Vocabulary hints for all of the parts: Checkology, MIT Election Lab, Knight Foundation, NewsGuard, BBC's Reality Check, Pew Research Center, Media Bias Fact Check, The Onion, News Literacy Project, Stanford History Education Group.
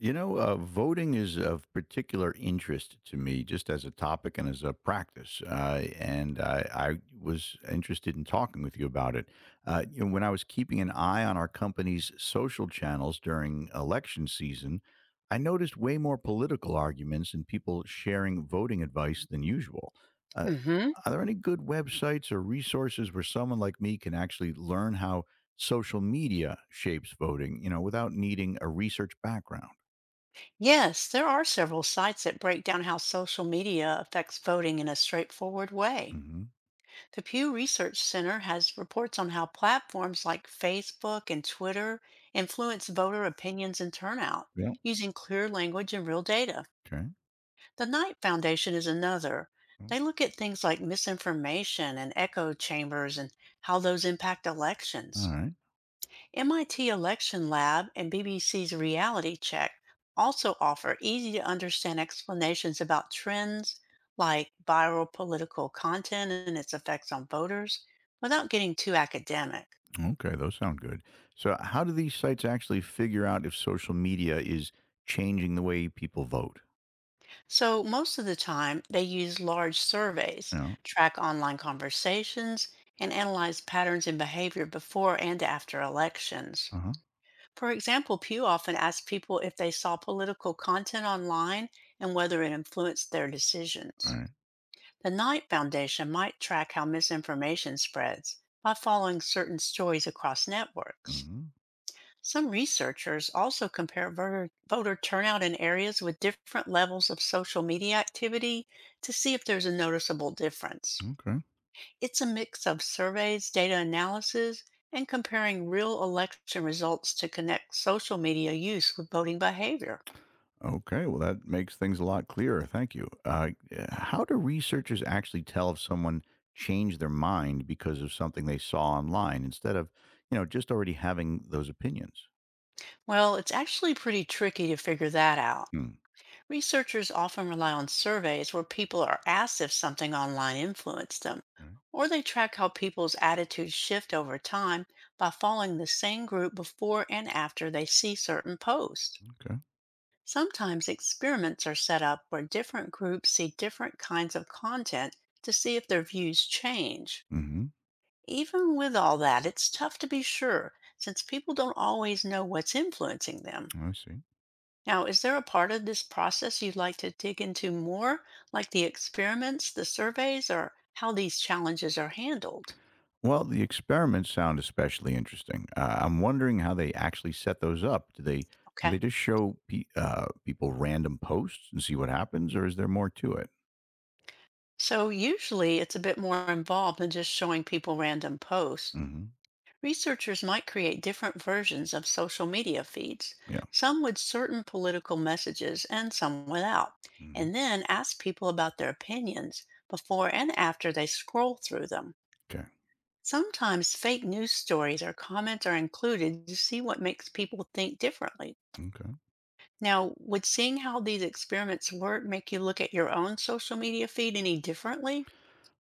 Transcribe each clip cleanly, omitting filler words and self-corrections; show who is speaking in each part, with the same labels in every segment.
Speaker 1: Voting is of particular interest to me, just as a topic and as a practice. And I was interested in talking with you about it. When I was keeping an eye on our company's social channels during election season, I noticed way more political arguments and people sharing voting advice than usual. Uh,
Speaker 2: Hmm.
Speaker 1: are there any good websites or resources where someone like me can actually learn how social media shapes voting, without needing a research background?
Speaker 2: Yes, there are several sites that break down how social media affects voting in a straightforward way.
Speaker 1: Hmm.
Speaker 2: The Pew Research Center has reports on how platforms like Facebook and Twitter influence voter opinions and turnout
Speaker 1: Yeah.
Speaker 2: using clear language and real data.
Speaker 1: Okay.
Speaker 2: The Knight Foundation is another.
Speaker 1: Well.
Speaker 2: They look at things like misinformation and echo chambers and how those impact
Speaker 1: All
Speaker 2: elections.
Speaker 1: right.
Speaker 2: MIT Election Lab and BBC's Reality Check also offer easy to understand explanations about trends like viral political content and its effects on voters without getting too academic.
Speaker 1: Okay. Those sound good. So, how do these sites actually figure out if social media is changing the way people vote?
Speaker 2: So, most of the time, they use large surveys,
Speaker 1: You know?
Speaker 2: track online conversations, and analyze patterns in behavior before and after elections.
Speaker 1: Uh huh.
Speaker 2: For example, Pew often asks people if they saw political content online and whether it influenced their
Speaker 1: All
Speaker 2: decisions.
Speaker 1: right.
Speaker 2: The Knight Foundation might track how misinformation spreads by following certain stories across networks.
Speaker 1: Mm-hmm.
Speaker 2: Some researchers also compare voter turnout in areas with different levels of social media activity to see if there's a noticeable difference.
Speaker 1: Okay.
Speaker 2: It's a mix of surveys, data analysis, and comparing real election results to connect social media use with voting behavior.
Speaker 1: Okay. Well, that makes things a lot clearer. Thank you. How do researchers actually tell if someone changed their mind because of something they saw online instead of, just already having those opinions?
Speaker 2: Well, it's actually pretty tricky to figure that out.
Speaker 1: Hmm.
Speaker 2: Researchers often rely on surveys where people are asked if something online influenced them,
Speaker 1: All right.
Speaker 2: or they track how people's attitudes shift over time by following the same group before and after they see certain posts.
Speaker 1: Okay.
Speaker 2: Sometimes experiments are set up where different groups see different kinds of content to see if their views change.
Speaker 1: Mm-hmm.
Speaker 2: Even with all that, it's tough to be sure since people don't always know what's influencing them.
Speaker 1: I see.
Speaker 2: Now, is there a part of this process you'd like to dig into more, like the experiments, the surveys, or how these challenges are handled?
Speaker 1: Well, the experiments sound especially interesting. I'm wondering how they actually set those up. Do they do
Speaker 2: Okay.
Speaker 1: they just show people random posts and see what happens, or is there more to it?
Speaker 2: So, usually it's a bit more involved than just showing people random posts.
Speaker 1: Hmm.
Speaker 2: Researchers might create different versions of social media feeds,
Speaker 1: Yeah.
Speaker 2: some with certain political messages and some without,
Speaker 1: Hmm.
Speaker 2: and then ask people about their opinions before and after they scroll through them.
Speaker 1: Okay.
Speaker 2: Sometimes fake news stories or comments are included to see what makes people think differently.
Speaker 1: Okay.
Speaker 2: Now, would seeing how these experiments work make you look at your own social media feed any differently?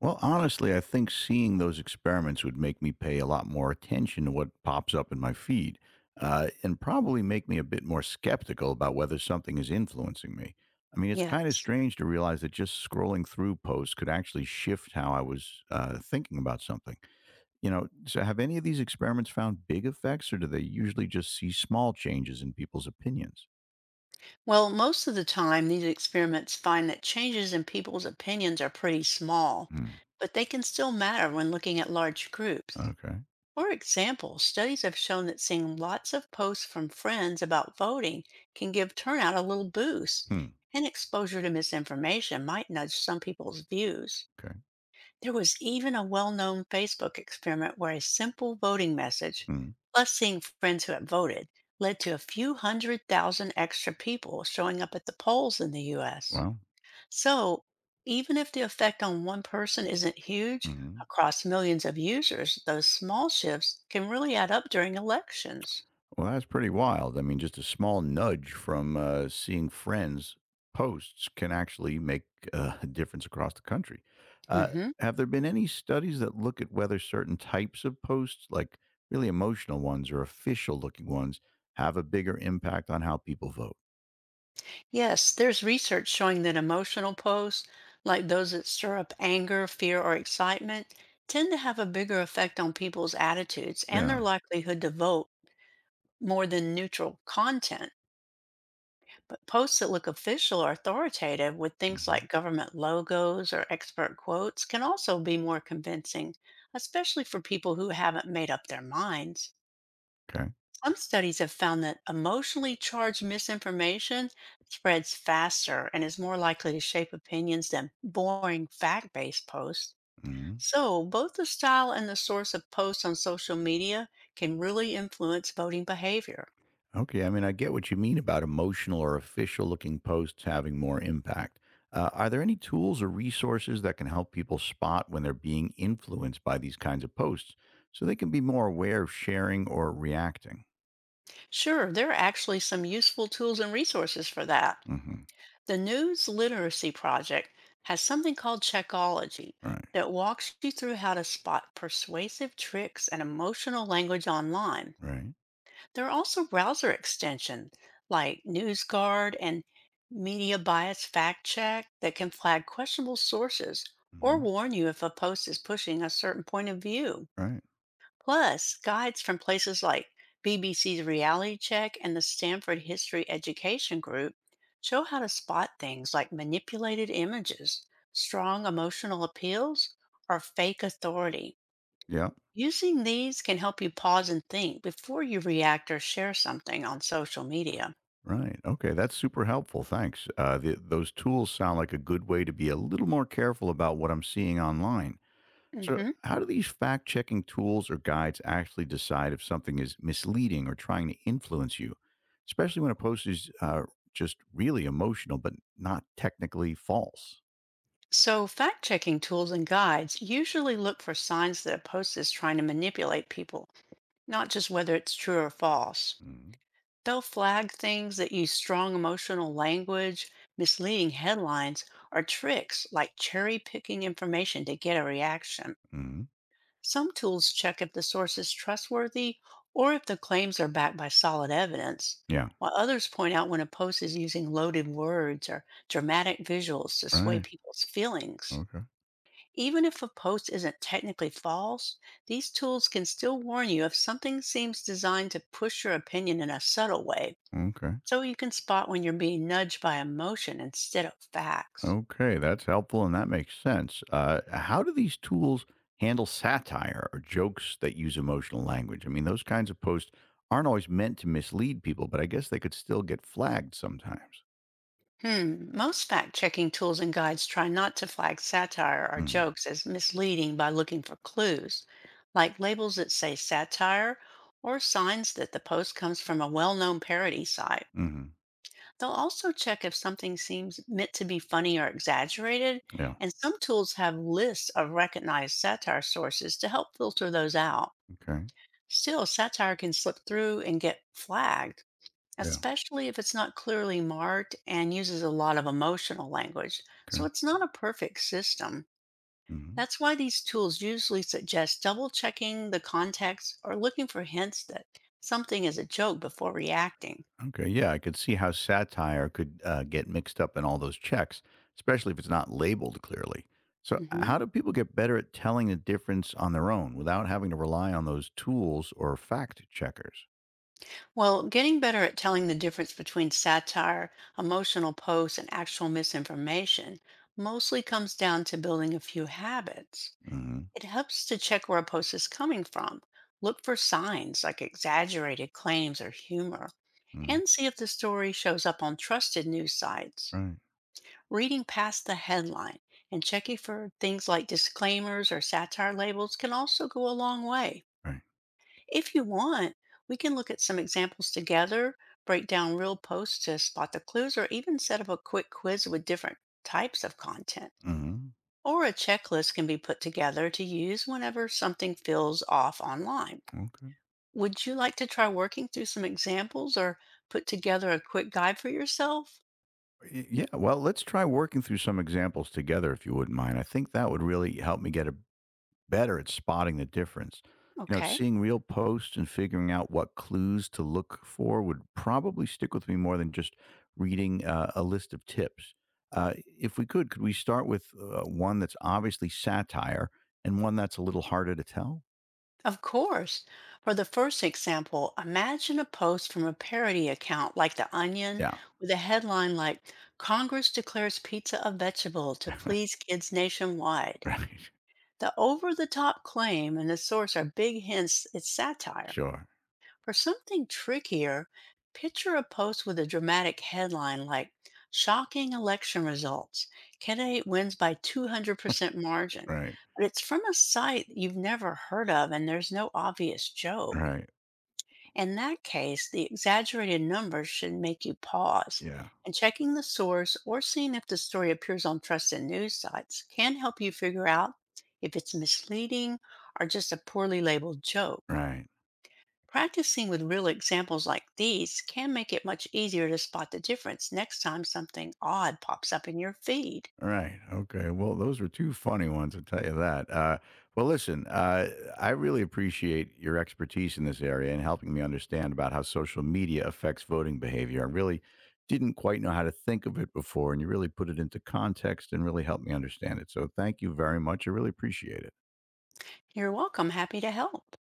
Speaker 1: Well, honestly, I think seeing those experiments would make me pay a lot more attention to what pops up in my feed, and probably make me a bit more skeptical about whether something is influencing me. I mean, it's kind of
Speaker 2: Yes.
Speaker 1: strange to realize that just scrolling through posts could actually shift how I was thinking about something. So have any of these experiments found big effects, or do they usually just see small changes in people's opinions?
Speaker 2: Well, most of the time, these experiments find that changes in people's opinions are pretty small,
Speaker 1: Hmm.
Speaker 2: but they can still matter when looking at large groups.
Speaker 1: Okay.
Speaker 2: For example, studies have shown that seeing lots of posts from friends about voting can give turnout a little boost,
Speaker 1: Hmm.
Speaker 2: and exposure to misinformation might nudge some people's views.
Speaker 1: Okay.
Speaker 2: There was even a well known Facebook experiment where a simple voting message,
Speaker 1: Hmm.
Speaker 2: plus seeing friends who had voted, led to a few hundred thousand extra people showing up at the polls in the US.
Speaker 1: Well.
Speaker 2: So, even if the effect on one person isn't huge,
Speaker 1: Mhm.
Speaker 2: across millions of users, those small shifts can really add up during elections.
Speaker 1: Well, that's pretty wild. I mean, just a small nudge from seeing friends' posts can actually make a difference across the country. Uh,
Speaker 2: Hmm.
Speaker 1: have there been any studies that look at whether certain types of posts, like really emotional ones or official looking ones, have a bigger impact on how people vote?
Speaker 2: Yes, there's research showing that emotional posts, like those that stir up anger, fear, or excitement, tend to have a bigger effect on people's attitudes and their
Speaker 1: Yeah.
Speaker 2: likelihood to vote more than neutral content. But posts that look official or authoritative with things
Speaker 1: Hmm.
Speaker 2: like government logos or expert quotes can also be more convincing, especially for people who haven't made up their minds.
Speaker 1: Okay.
Speaker 2: Some studies have found that emotionally charged misinformation spreads faster and is more likely to shape opinions than boring fact based posts. So, both the style and the source of posts on social media can really influence voting behavior.
Speaker 1: Okay, I mean, I get what you mean about emotional or official looking posts having more impact. Are there any tools or resources that can help people spot when they're being influenced by these kinds of posts so they can be more aware of sharing or reacting?
Speaker 2: Sure, there are actually some useful tools and resources for that.
Speaker 1: Hmm.
Speaker 2: The News Literacy Project has something called Checkology
Speaker 1: Right,
Speaker 2: that walks you through how to spot persuasive tricks and emotional language online.
Speaker 1: right.
Speaker 2: There are also browser extensions like NewsGuard and Media Bias Fact Check that can flag questionable sources or
Speaker 1: Hmm,
Speaker 2: warn you if a post is pushing a certain point of view.
Speaker 1: right.
Speaker 2: Plus, guides from places like BBC's Reality Check and the Stanford History Education Group show how to spot things like manipulated images, strong emotional appeals, or fake authority.
Speaker 1: Yeah,
Speaker 2: Using these can help you pause and think before you react or share something on social media.
Speaker 1: right. Okay, that's super helpful. Thanks. Those tools sound like a good way to be a little more careful about what I'm seeing online. So,
Speaker 2: Hmm.
Speaker 1: how do these fact checking tools or guides actually decide if something is misleading or trying to influence you, especially when a post is just really emotional but not technically false?
Speaker 2: So, fact checking tools and guides usually look for signs that a post is trying to manipulate people, not just whether it's true or false.
Speaker 1: Mm-hmm.
Speaker 2: They'll flag things that use strong emotional language, misleading headlines, or tricks like cherry picking information to get a reaction. Some tools check if the source is trustworthy or if the claims are backed by solid evidence,
Speaker 1: Yeah.
Speaker 2: while others point out when a post is using loaded words or dramatic visuals to sway
Speaker 1: Right.
Speaker 2: people's feelings.
Speaker 1: Okay.
Speaker 2: Even if a post isn't technically false, these tools can still warn you if something seems designed to push your opinion in a subtle way.
Speaker 1: Okay.
Speaker 2: So you can spot when you're being nudged by emotion instead of facts.
Speaker 1: Okay. That's helpful and that makes sense. How do these tools handle satire or jokes that use emotional language? I mean, those kinds of posts aren't always meant to mislead people, but I guess they could still get flagged sometimes.
Speaker 2: Hmm, most fact checking tools and guides try not to flag satire or
Speaker 1: Mm-hmm.
Speaker 2: jokes as misleading by looking for clues, like labels that say satire or signs that the post comes from a well known parody site.
Speaker 1: Mm-hmm.
Speaker 2: They'll also check if something seems meant to be funny or exaggerated,
Speaker 1: Yeah.
Speaker 2: and some tools have lists of recognized satire sources to help filter those out.
Speaker 1: Okay.
Speaker 2: Still, satire can slip through and get flagged
Speaker 1: Yeah.
Speaker 2: especially if it's not clearly marked and uses a lot of emotional language, so
Speaker 1: Okay.
Speaker 2: it's not a perfect system.
Speaker 1: Mhm.
Speaker 2: That's why these tools usually suggest double checking the context or looking for hints that something is a joke before reacting.
Speaker 1: Okay. Yeah, I could see how satire could get mixed up in all those checks, especially if it's not labeled clearly. So,
Speaker 2: Mhm.
Speaker 1: how do people get better at telling the difference on their own without having to rely on those tools or fact checkers?
Speaker 2: Well, getting better at telling the difference between satire, emotional posts, and actual misinformation mostly comes down to building a few habits.
Speaker 1: Hmm.
Speaker 2: It helps to check where a post is coming from. Look for signs like exaggerated claims or humor,
Speaker 1: Hmm.
Speaker 2: and see if the story shows up on trusted news sites.
Speaker 1: Right.
Speaker 2: Reading past the headline and checking for things like disclaimers or satire labels can also go a long way.
Speaker 1: Right.
Speaker 2: If you want, we can look at some examples together, break down real posts to spot the clues, or even set up a quick quiz with different types of content
Speaker 1: Hmm.
Speaker 2: or a checklist can be put together to use whenever something feels off online.
Speaker 1: Okay.
Speaker 2: Would you like to try working through some examples or put together a quick guide for yourself?
Speaker 1: Yeah. Well, let's try working through some examples together, if you wouldn't mind. I think that would really help me get a better at spotting the difference. You know,
Speaker 2: Okay,
Speaker 1: seeing real posts and figuring out what clues to look for would probably stick with me more than just reading a list of tips. Uh, if we could we start with one that's obviously satire and one that's a little harder to tell?
Speaker 2: of course. For the first example, imagine a post from a parody account like The Onion
Speaker 1: Yeah.
Speaker 2: with a headline like Congress declares pizza a vegetable to please kids nationwide.
Speaker 1: Right.
Speaker 2: The over the top claim and the source are big hints it's satire.
Speaker 1: Sure.
Speaker 2: For something trickier, picture a post with a dramatic headline like Shocking Election Results. Candidate wins by 200% margin.
Speaker 1: Right.
Speaker 2: But it's from a site you've never heard of and there's no obvious joke.
Speaker 1: Right.
Speaker 2: In that case, the exaggerated numbers should make you pause.
Speaker 1: Yeah.
Speaker 2: And checking the source or seeing if the story appears on trusted news sites can help you figure out if it's misleading or just a poorly labeled joke.
Speaker 1: Right.
Speaker 2: Practicing with real examples like these can make it much easier to spot the difference next time something odd pops up in your feed.
Speaker 1: Right. Okay. Well, those were two funny ones, I'll tell you that. Well, listen, I really appreciate your expertise in this area and helping me understand about how social media affects voting behavior. I really didn't quite know how to think of it before, and you really put it into context and really helped me understand it. So, thank you very much. I really appreciate it.
Speaker 2: You're welcome. Happy to help.